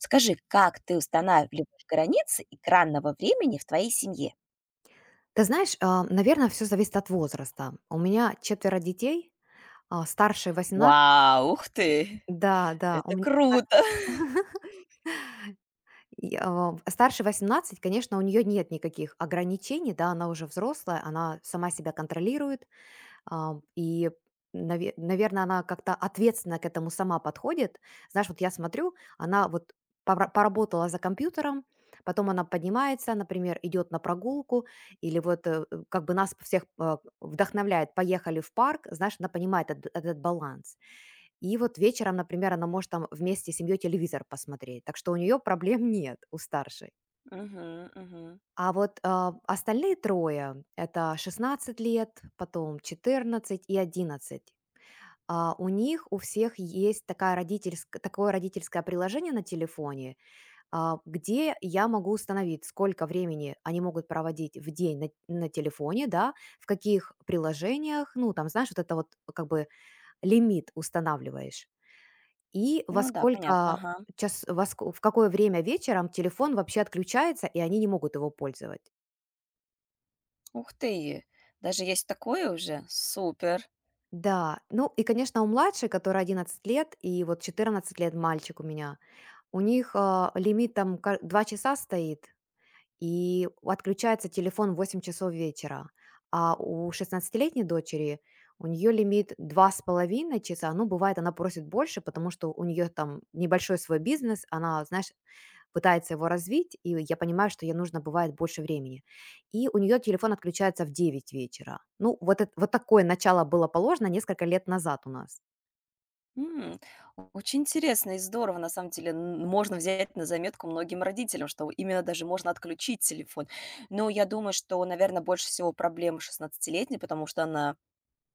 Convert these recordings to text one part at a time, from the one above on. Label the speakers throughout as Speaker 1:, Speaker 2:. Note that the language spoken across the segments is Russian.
Speaker 1: Скажи, как ты устанавливаешь границы экранного времени в твоей семье?
Speaker 2: Ты знаешь, наверное, все зависит от возраста. У меня четверо детей, старшей 18.
Speaker 1: Вау, ух ты!
Speaker 2: Да, да, у
Speaker 1: Это
Speaker 2: меня а,
Speaker 1: круто!
Speaker 2: и, а, старшей 18, конечно, у нее нет никаких ограничений, да, она уже взрослая, она сама себя контролирует. Ам, и, наверное, она как-то ответственно к этому сама подходит. Знаешь, вот я смотрю, она вот пора поработала за компьютером, потом она поднимается, например, идет на прогулку или вот, как бы нас всех, вдохновляет: «Поехали в парк». Знаешь, она понимает эт этот баланс. И вот вечером, например, она может там вместе с семьей телевизор посмотреть, так что у нее проблем нет, у старшей.
Speaker 1: Мгм, мгм.
Speaker 2: А вот, остальные трое — это 16 лет, потом 14 и 11. У них у всех есть такая родительск такое родительское приложение на телефоне, где я могу установить, сколько времени они могут проводить в день на телефоне, да, в каких приложениях. Ну, там, знаешь, вот это вот как бы лимит устанавливаешь. И во
Speaker 1: Ну да, понятно,
Speaker 2: сколько
Speaker 1: ага.
Speaker 2: час во ск в какое время вечером телефон вообще отключается, и они не могут его пользовать.
Speaker 1: Ух ты! Даже есть такое уже? Супер!
Speaker 2: Да, ну и, конечно, у младшей, которой 11 лет, и вот 14 лет мальчик у меня. У них, лимит там ка 2 часа стоит, и отключается телефон в 8 часов вечера. А у шестнадцатилетней дочери, у нее лимит 2,5 часа. Ну, бывает, она просит больше, потому что у нее там небольшой свой бизнес. Она, знаешь, пытается его развить, и я понимаю, что ей нужно бывает больше времени. И у нее телефон отключается в 9 вечера. Ну, вот эт вот такое начало было положено несколько лет назад у нас.
Speaker 1: М, о очень интересно и здорово, на самом деле. Н можно взять на заметку многим родителям, что именно даже можно отключить телефон. Но я думаю, что, наверное, больше всего проблем шестнадцатилетней, потому что она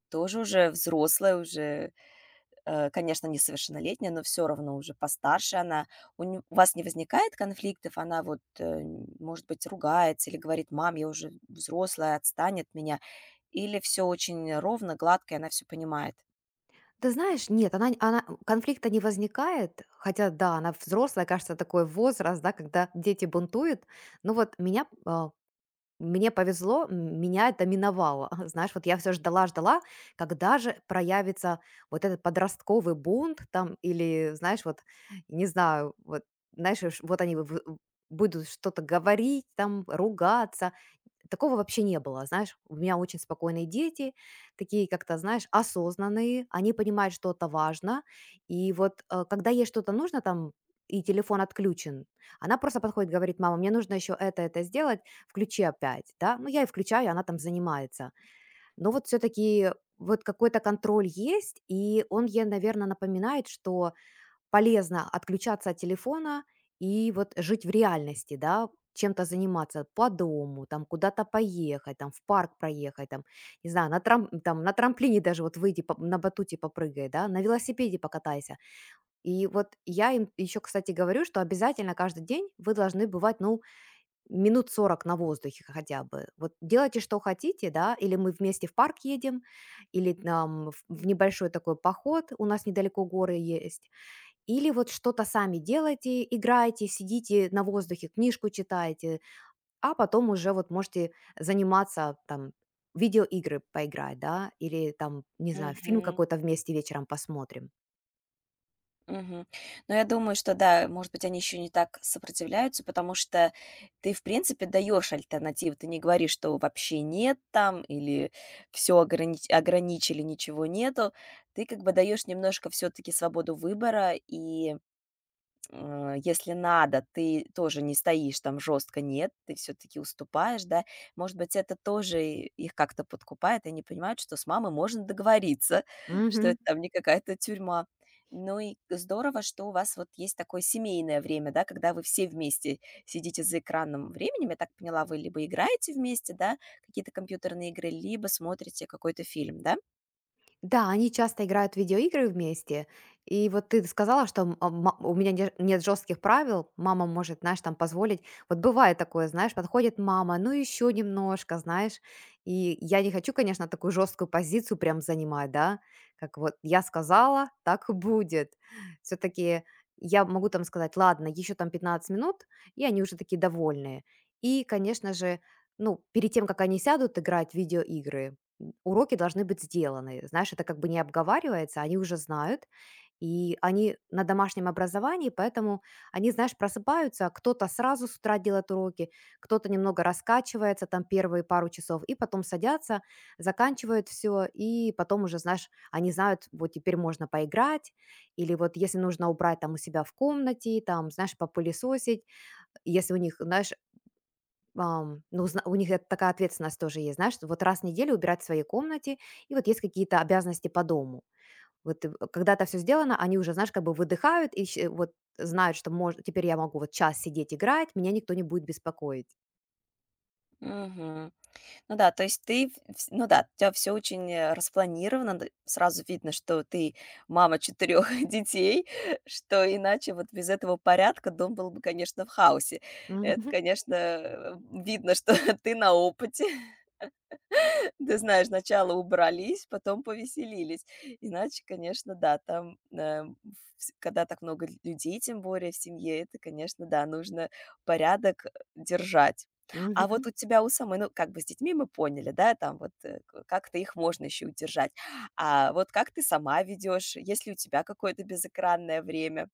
Speaker 1: тоже уже взрослая, уже конечно, несовершеннолетняя, но все равно уже постарше она. У ню у вас не возникает конфликтов? Она вот, может быть, ругается или говорит: "Мам, я уже взрослая, отстань от меня". Или все очень ровно, гладко, и она все понимает?
Speaker 2: Ты знаешь, нет, она конфликта не возникает, хотя да, она взрослая, кажется, такой возраст, да, когда дети бунтуют. Ну вот мне повезло, меня это миновало. Знаешь, вот я всё ждала, ждала, когда же проявится вот этот подростковый бунт там или, знаешь, вот, не знаю, вот, знаешь, ш вот они в будут что-то говорить там, ругаться. Такого вообще не было, знаешь. У меня очень спокойные дети, такие как-то, знаешь, осознанные, они понимают, что это важно. И вот, когда ей что-то нужно там, и телефон отключен, она просто подходит, говорит: мама, мне нужно еще это сделать, включи опять, да. Ну, я и включаю, и она там занимается. Но вот все-таки вот какой-то контроль есть, и он ей, наверное, напоминает, что полезно отключаться от телефона и вот жить в реальности, да, чем-то заниматься по дому, там куда-то поехать, там в парк проехать, там, не знаю, на трамплине даже вот выйди, на батуте попрыгай, да, на велосипеде покатайся. И вот я им еще, кстати, говорю, что обязательно каждый день вы должны бывать, ну, минут 40 на воздухе хотя бы. Вот делайте, что хотите, да, или мы вместе в парк едем, или там в небольшой такой поход, у нас недалеко горы есть, или вот что-то сами делаете, играете, сидите на воздухе, книжку читаете, а потом уже вот можете заниматься там в видеоигры поиграть, да, или там, не знаю, фильм какой-то вместе вечером посмотрим.
Speaker 1: Мгм. Но я думаю, что да, может быть, они еще не так сопротивляются, потому что ты, в принципе, даешь альтернативу. Ты не говоришь, что вообще нет там или все ограничили, ничего нету. Ты как бы даешь немножко все-таки свободу выбора и если надо, ты тоже не стоишь там жестко, нет, ты все-таки уступаешь, да. Может быть, это тоже и- их как-то подкупает, и они понимают, что с мамой можно договориться, что
Speaker 2: Мгм.
Speaker 1: это там не какая-то тюрьма. Ну и здорово, что у вас вот есть такое семейное время, да, когда вы все вместе сидите за экраном временем. Я так поняла, вы либо играете вместе, да, какие-то компьютерные игры, либо смотрите какой-то фильм, да?
Speaker 2: Да, они часто играют в видеоигры вместе. И вот ты сказала, что у меня нет жестких правил, мама может, знаешь, там позволить. Вот бывает такое, знаешь, подходит мама, ну еще немножко, знаешь. И я не хочу, конечно, такую жесткую позицию прям занимать, да, как вот я сказала, так и будет. Все-таки я могу там сказать, ладно, еще там 15 минут, и они уже такие довольные. И, конечно же, ну, перед тем, как они сядут играть в видеоигры, уроки должны быть сделаны. Знаешь, это как бы не обговаривается, они уже знают, и они на домашнем образовании, поэтому они, знаешь, просыпаются, кто-то сразу с утра делает уроки, кто-то немного раскачивается там первые пару часов, и потом садятся, заканчивают все, и потом уже, знаешь, они знают, вот теперь можно поиграть, или вот если нужно убрать там у себя в комнате, там, знаешь, попылесосить, если у них, знаешь, ну, зна у них это такая ответственность тоже есть, знаешь, что вот раз в неделю убирать в своей комнате, и вот есть какие-то обязанности по дому. Вот, когда это все сделано, они уже, знаешь, как бы выдыхают и вот знают, что мож теперь я могу вот час сидеть играть, меня никто не будет беспокоить.
Speaker 1: Мгм. Ну да, то есть ты, в вс ну да, у тебя все очень, распланировано, д сразу видно, что ты мама четырех детей, что иначе вот без этого порядка дом был бы, конечно, в хаосе. Это,
Speaker 2: Мгм,
Speaker 1: конечно, видно, что ты на опыте. Ты знаешь, сначала убрались, потом повеселились. Иначе, конечно, да, там, вс когда так много лю людей, тем более в семье, это, конечно, да, нужно порядок, держать. А
Speaker 2: мгм.
Speaker 1: вот у тебя у самой, ну, как бы с детьми мы поняли, да, там вот, к как-то их можно еще удержать. А вот как ты сама ведешь? Есть ли у тебя какое-то безэкранное время?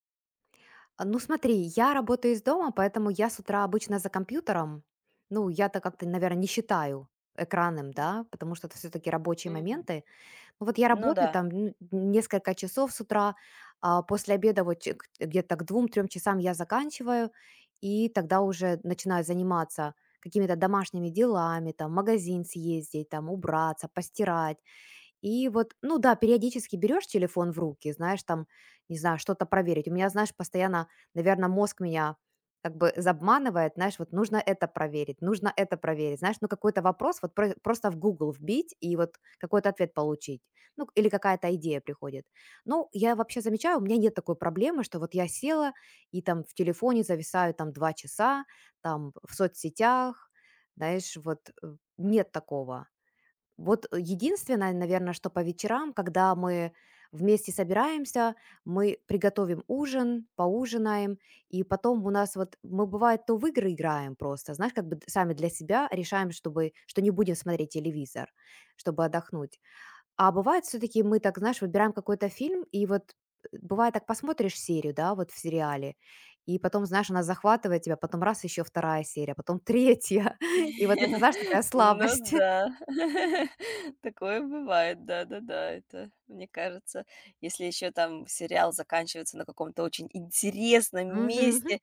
Speaker 2: Ну, смотри, я работаю из дома, поэтому я с утра обычно за компьютером. Ну, я-то как-то, наверное, не считаю экранным, да, потому что это все таки рабочие
Speaker 1: Мгм.
Speaker 2: моменты. Ну, вот я
Speaker 1: Ну
Speaker 2: работаю
Speaker 1: да.
Speaker 2: там несколько часов с утра, а после обеда вот где-то к двум-трем часам я заканчиваю, и тогда уже начинаю заниматься какими-то домашними делами, там, в магазин съездить, там, убраться, постирать, и вот, ну да, периодически берешь телефон в руки, знаешь, там, не знаю, что-то проверить. У меня, знаешь, постоянно, наверное, мозг меня как бы забманывает, знаешь, вот нужно это проверить, знаешь, ну какой-то вопрос вот просто в Google вбить и вот какой-то ответ получить, ну или какая-то идея приходит. Ну, я вообще замечаю, у меня нет такой проблемы, что вот я села и там в телефоне зависаю там 2 часа, там в соцсетях, знаешь, вот, нет такого. Вот, единственное, наверное, что по вечерам, когда мы вместе собираемся, мы приготовим ужин, поужинаем, и потом у нас вот мы бывает то в игры играем просто, знаешь, как бы сами для себя решаем, чтобы что не будем смотреть телевизор, чтобы отдохнуть. А бывает все-таки мы так, знаешь, выбираем какой-то фильм, и вот, бывает так посмотришь серию, да, вот в сериале, и потом, знаешь, она захватывает тебя, потом раз еще вторая серия, потом третья, и вот это, знаешь, такая
Speaker 1: Ну
Speaker 2: слабость.
Speaker 1: да, такое бывает, да-да-да. Это, мне кажется, если еще там сериал заканчивается на каком-то очень интересном
Speaker 2: Мгм.
Speaker 1: месте,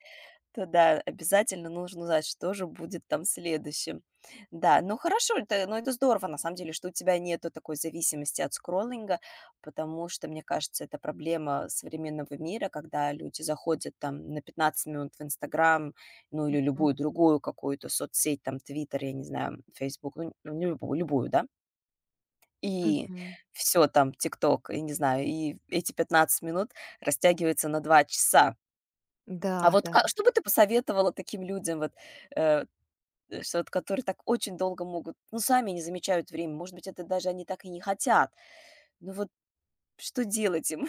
Speaker 1: то да, обязательно нужно знать, что же будет там следующим. Да, ну хорошо, это, ну это здорово, на самом деле, что у тебя нету такой зависимости от скроллинга, потому что, мне кажется, это проблема современного мира, когда люди заходят там на 15 минут в Инстаграм, ну или любую другую какую-то соцсеть, там Твиттер, я не знаю, Фейсбук, ну ну, не любую, любую, да, и
Speaker 2: Мгм.
Speaker 1: все там, ТикТок, я не знаю, и эти 15 минут растягивается на 2 часа.
Speaker 2: Да,
Speaker 1: А вот
Speaker 2: да.
Speaker 1: ка что бы ты посоветовала таким людям, вот, э, что вот, которые так очень долго могут, ну, сами не замечают время, может быть, это даже они так и не хотят, ну вот что делать им?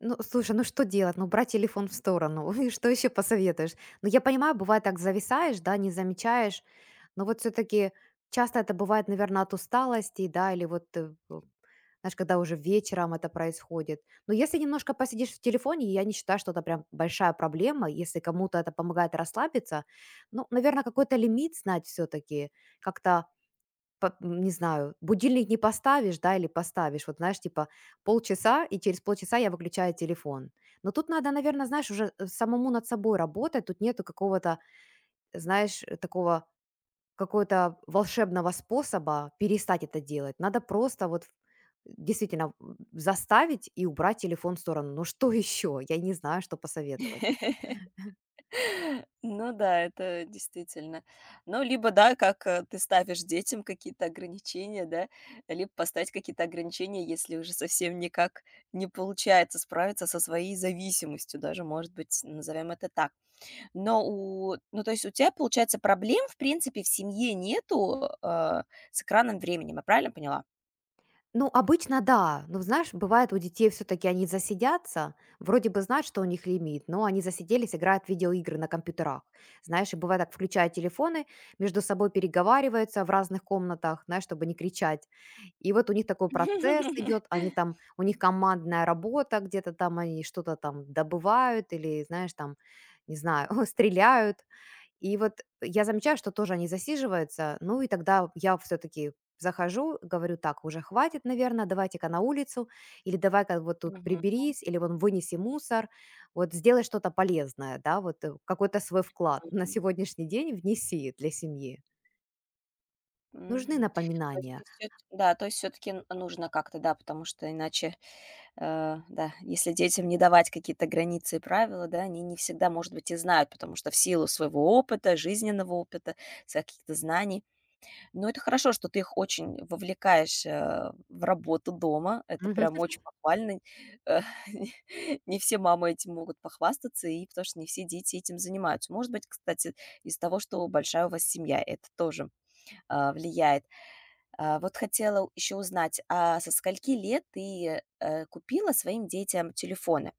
Speaker 2: Ну, слушай, ну что делать? Ну, брать телефон в сторону. И что еще посоветуешь? Ну, я понимаю, бывает так зависаешь, да, не замечаешь, но вот все-таки часто это бывает, наверное, от усталости, да, или вот, знаешь, когда уже вечером это происходит. Но если немножко посидишь в телефоне, я не считаю, что это прям большая проблема, если кому-то это помогает расслабиться. Ну, наверное, какой-то лимит знать все-таки, как-то. По не знаю, будильник не поставишь, да, или поставишь. Вот знаешь, типа полчаса, и через полчаса я выключаю телефон. Но тут надо, наверное, знаешь, уже, самому над собой работать. Тут нету какого-то, знаешь, такого какого-то волшебного способа перестать это делать. Надо просто вот действительно, заставить и убрать телефон в сторону. Ну что еще? Я не знаю, что посоветовать.
Speaker 1: Ну да, это действительно. Ну, либо, да, как, ты ставишь детям какие-то ограничения, да, либо поставить какие-то ограничения, если уже совсем никак не получается справиться со своей зависимостью, даже, может быть, назовем это так. Но у ну, то есть у тебя, получается, проблем, в принципе, в семье нету, с экраном временем. Я правильно поняла?
Speaker 2: Ну, обычно да. Ну, знаешь, бывает у детей все-таки они засидятся, вроде бы знают, что у них лимит, но они засиделись, играют в видеоигры на компьютерах. Знаешь, и бывает так, включают телефоны, между собой переговариваются в разных комнатах, знаешь, чтобы не кричать. И вот у них такой процесс идет, они там, у них командная работа, где-то там они что-то там добывают или, знаешь, там, не знаю, стреляют, и вот я замечаю, что тоже они засиживаются. Ну и тогда я все-таки захожу, говорю, так, уже хватит, наверное, давайте-ка на улицу, или давай-ка вот тут
Speaker 1: Мгм,
Speaker 2: приберись, или вон вынеси мусор, вот сделай что-то полезное, да, вот, какой-то свой вклад на
Speaker 1: мгм,
Speaker 2: сегодняшний день внеси для семьи. Нужны
Speaker 1: мгм. То есть
Speaker 2: напоминания.
Speaker 1: ты всё да, то есть все таки нужно как-то, да, потому что иначе, да, если детям не давать какие-то границы и правила, да, они не всегда, может быть, и знают, потому что в силу своего опыта, жизненного опыта, своих каких-то знаний. Ну, это хорошо, что ты их очень вовлекаешь, в работу дома. Это
Speaker 2: Мгм.
Speaker 1: прям очень похвально. Э, не не все мамы этим могут похвастаться, и потому что не все дети этим занимаются. Может быть, кстати, из того, что большая у вас семья, это тоже, влияет. А, вот хотела еще узнать, а со скольки лет ты, купила своим детям телефоны?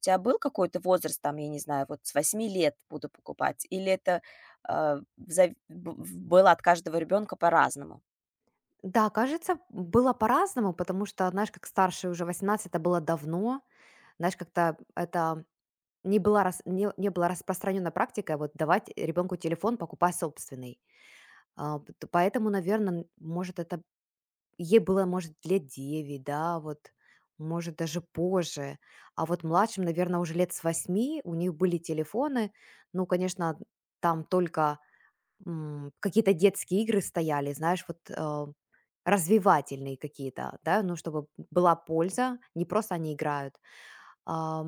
Speaker 1: У тебя был какой-то возраст, там, я не знаю, вот с восьми лет буду покупать, или это, в зави б в было от каждого ребенка по-разному?
Speaker 2: Да, кажется, было по-разному, потому что, знаешь, как старший уже 18, это было давно, знаешь, как-то это не была распространена практика вот давать ребенку телефон, покупая собственный. А, пот поэтому, наверное, может, это ей было, может, лет 9, да, вот, может, даже позже. А вот младшим, наверное, уже лет с восьми у них были телефоны. Ну, конечно, там только, какие-то детские игры стояли, знаешь, вот, развивательные какие-то, да, ну, чтобы была польза, не просто они играют. А,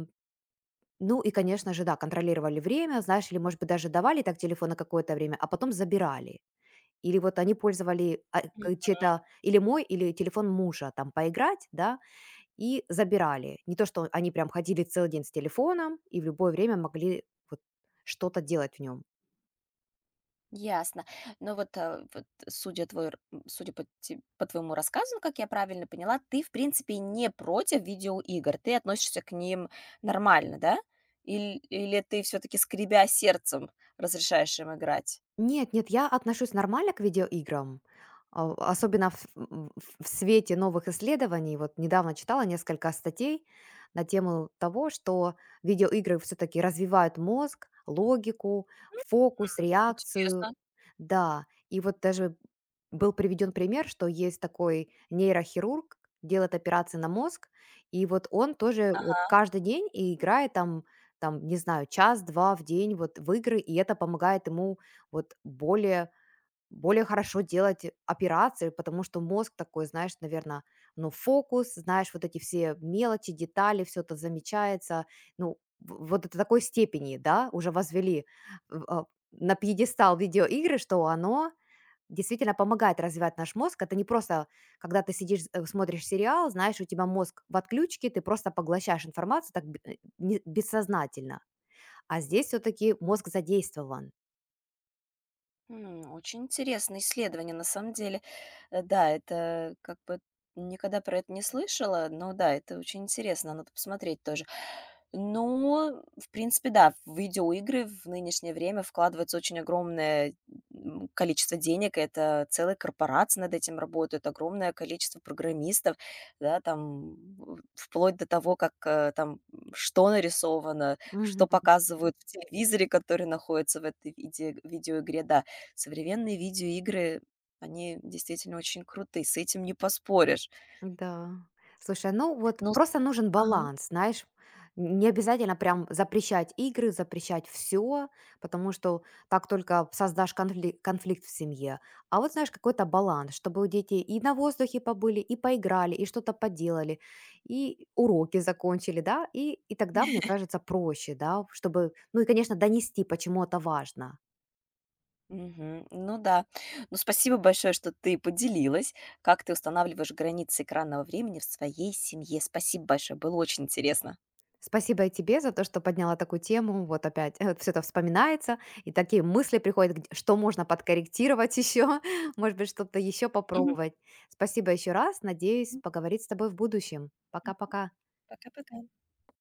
Speaker 2: ну и, конечно же, да, контролировали время, знаешь, или, может быть, даже давали так телефон на какое-то время, а потом забирали. Или вот они пользовали
Speaker 1: М,
Speaker 2: чей-то, или мой, или телефон мужа там поиграть, да, и забирали. Не то, что они прям ходили целый день с телефоном и в любое время могли вот что-то делать в нем.
Speaker 1: Ясно. Но вот, вот судя, твой, р- м, судя по, те- по твоему рассказу, как я правильно поняла, ты, в принципе, не против видеоигр. Ты относишься к ним нормально, да? Или, или ты все-таки, скребя сердцем, разрешаешь им играть?
Speaker 2: Нет, нет, я отношусь нормально к видеоиграм, особенно в м, в свете новых исследований. Вот недавно читала несколько статей на тему того, что видеоигры все-таки развивают мозг, логику, фокус, реакцию.
Speaker 1: Интересно.
Speaker 2: Да, и вот даже был приведен пример, что есть такой нейрохирург, делает операции на мозг, и вот он тоже вот каждый день и играет там, там, не знаю, час-два в день вот в игры, и это помогает ему вот более хорошо делать операции, потому что мозг такой, знаешь, наверное, ну, фокус, знаешь, вот эти все мелочи, детали, все это замечается, ну, вот до такой степени, да, уже возвели в- а, на пьедестал видеоигры, что оно действительно помогает развивать наш мозг. Это не просто, когда ты сидишь, смотришь сериал, знаешь, у тебя мозг в отключке, ты просто поглощаешь информацию так бессознательно. А здесь все-таки мозг задействован.
Speaker 1: Очень интересное исследование, на самом деле. Да, это как бы никогда про это не слышала, но да, это очень интересно, надо посмотреть тоже. Но, в принципе, да, в видеоигры в нынешнее время вкладывается очень огромное количество денег, это целые корпорации над этим работают, огромное количество программистов, да, там в- вплоть до того, как там что нарисовано, что показывают в телевизоре, который находится в этой виде- видеоигре, да. Современные видеоигры, они действительно очень круты, с этим не поспоришь.
Speaker 2: Да. Слушай, ну вот
Speaker 1: Ну с
Speaker 2: просто нужен
Speaker 1: ага.
Speaker 2: баланс, знаешь. Не обязательно прям запрещать игры, запрещать все, потому что так только создашь конфликт в семье. А вот, знаешь, какой-то баланс, чтобы у детей и на воздухе побыли, и поиграли, и что-то поделали, и уроки закончили, да, и тогда, мне кажется, проще, да, чтобы, ну и, конечно, донести, почему это важно.
Speaker 1: Мгм. Ну да. Ну, спасибо большое, что ты поделилась, как ты устанавливаешь границы экранного времени в своей семье. Спасибо большое, было очень интересно.
Speaker 2: Спасибо и тебе за то, что подняла такую тему. Вот опять все это вспоминается, и такие мысли приходят, что можно подкорректировать еще, может быть, что-то еще
Speaker 1: Мгм.
Speaker 2: попробовать. Спасибо еще раз. Надеюсь
Speaker 1: М.
Speaker 2: поговорить с тобой в будущем. Пока-пока.
Speaker 1: Пока-пока.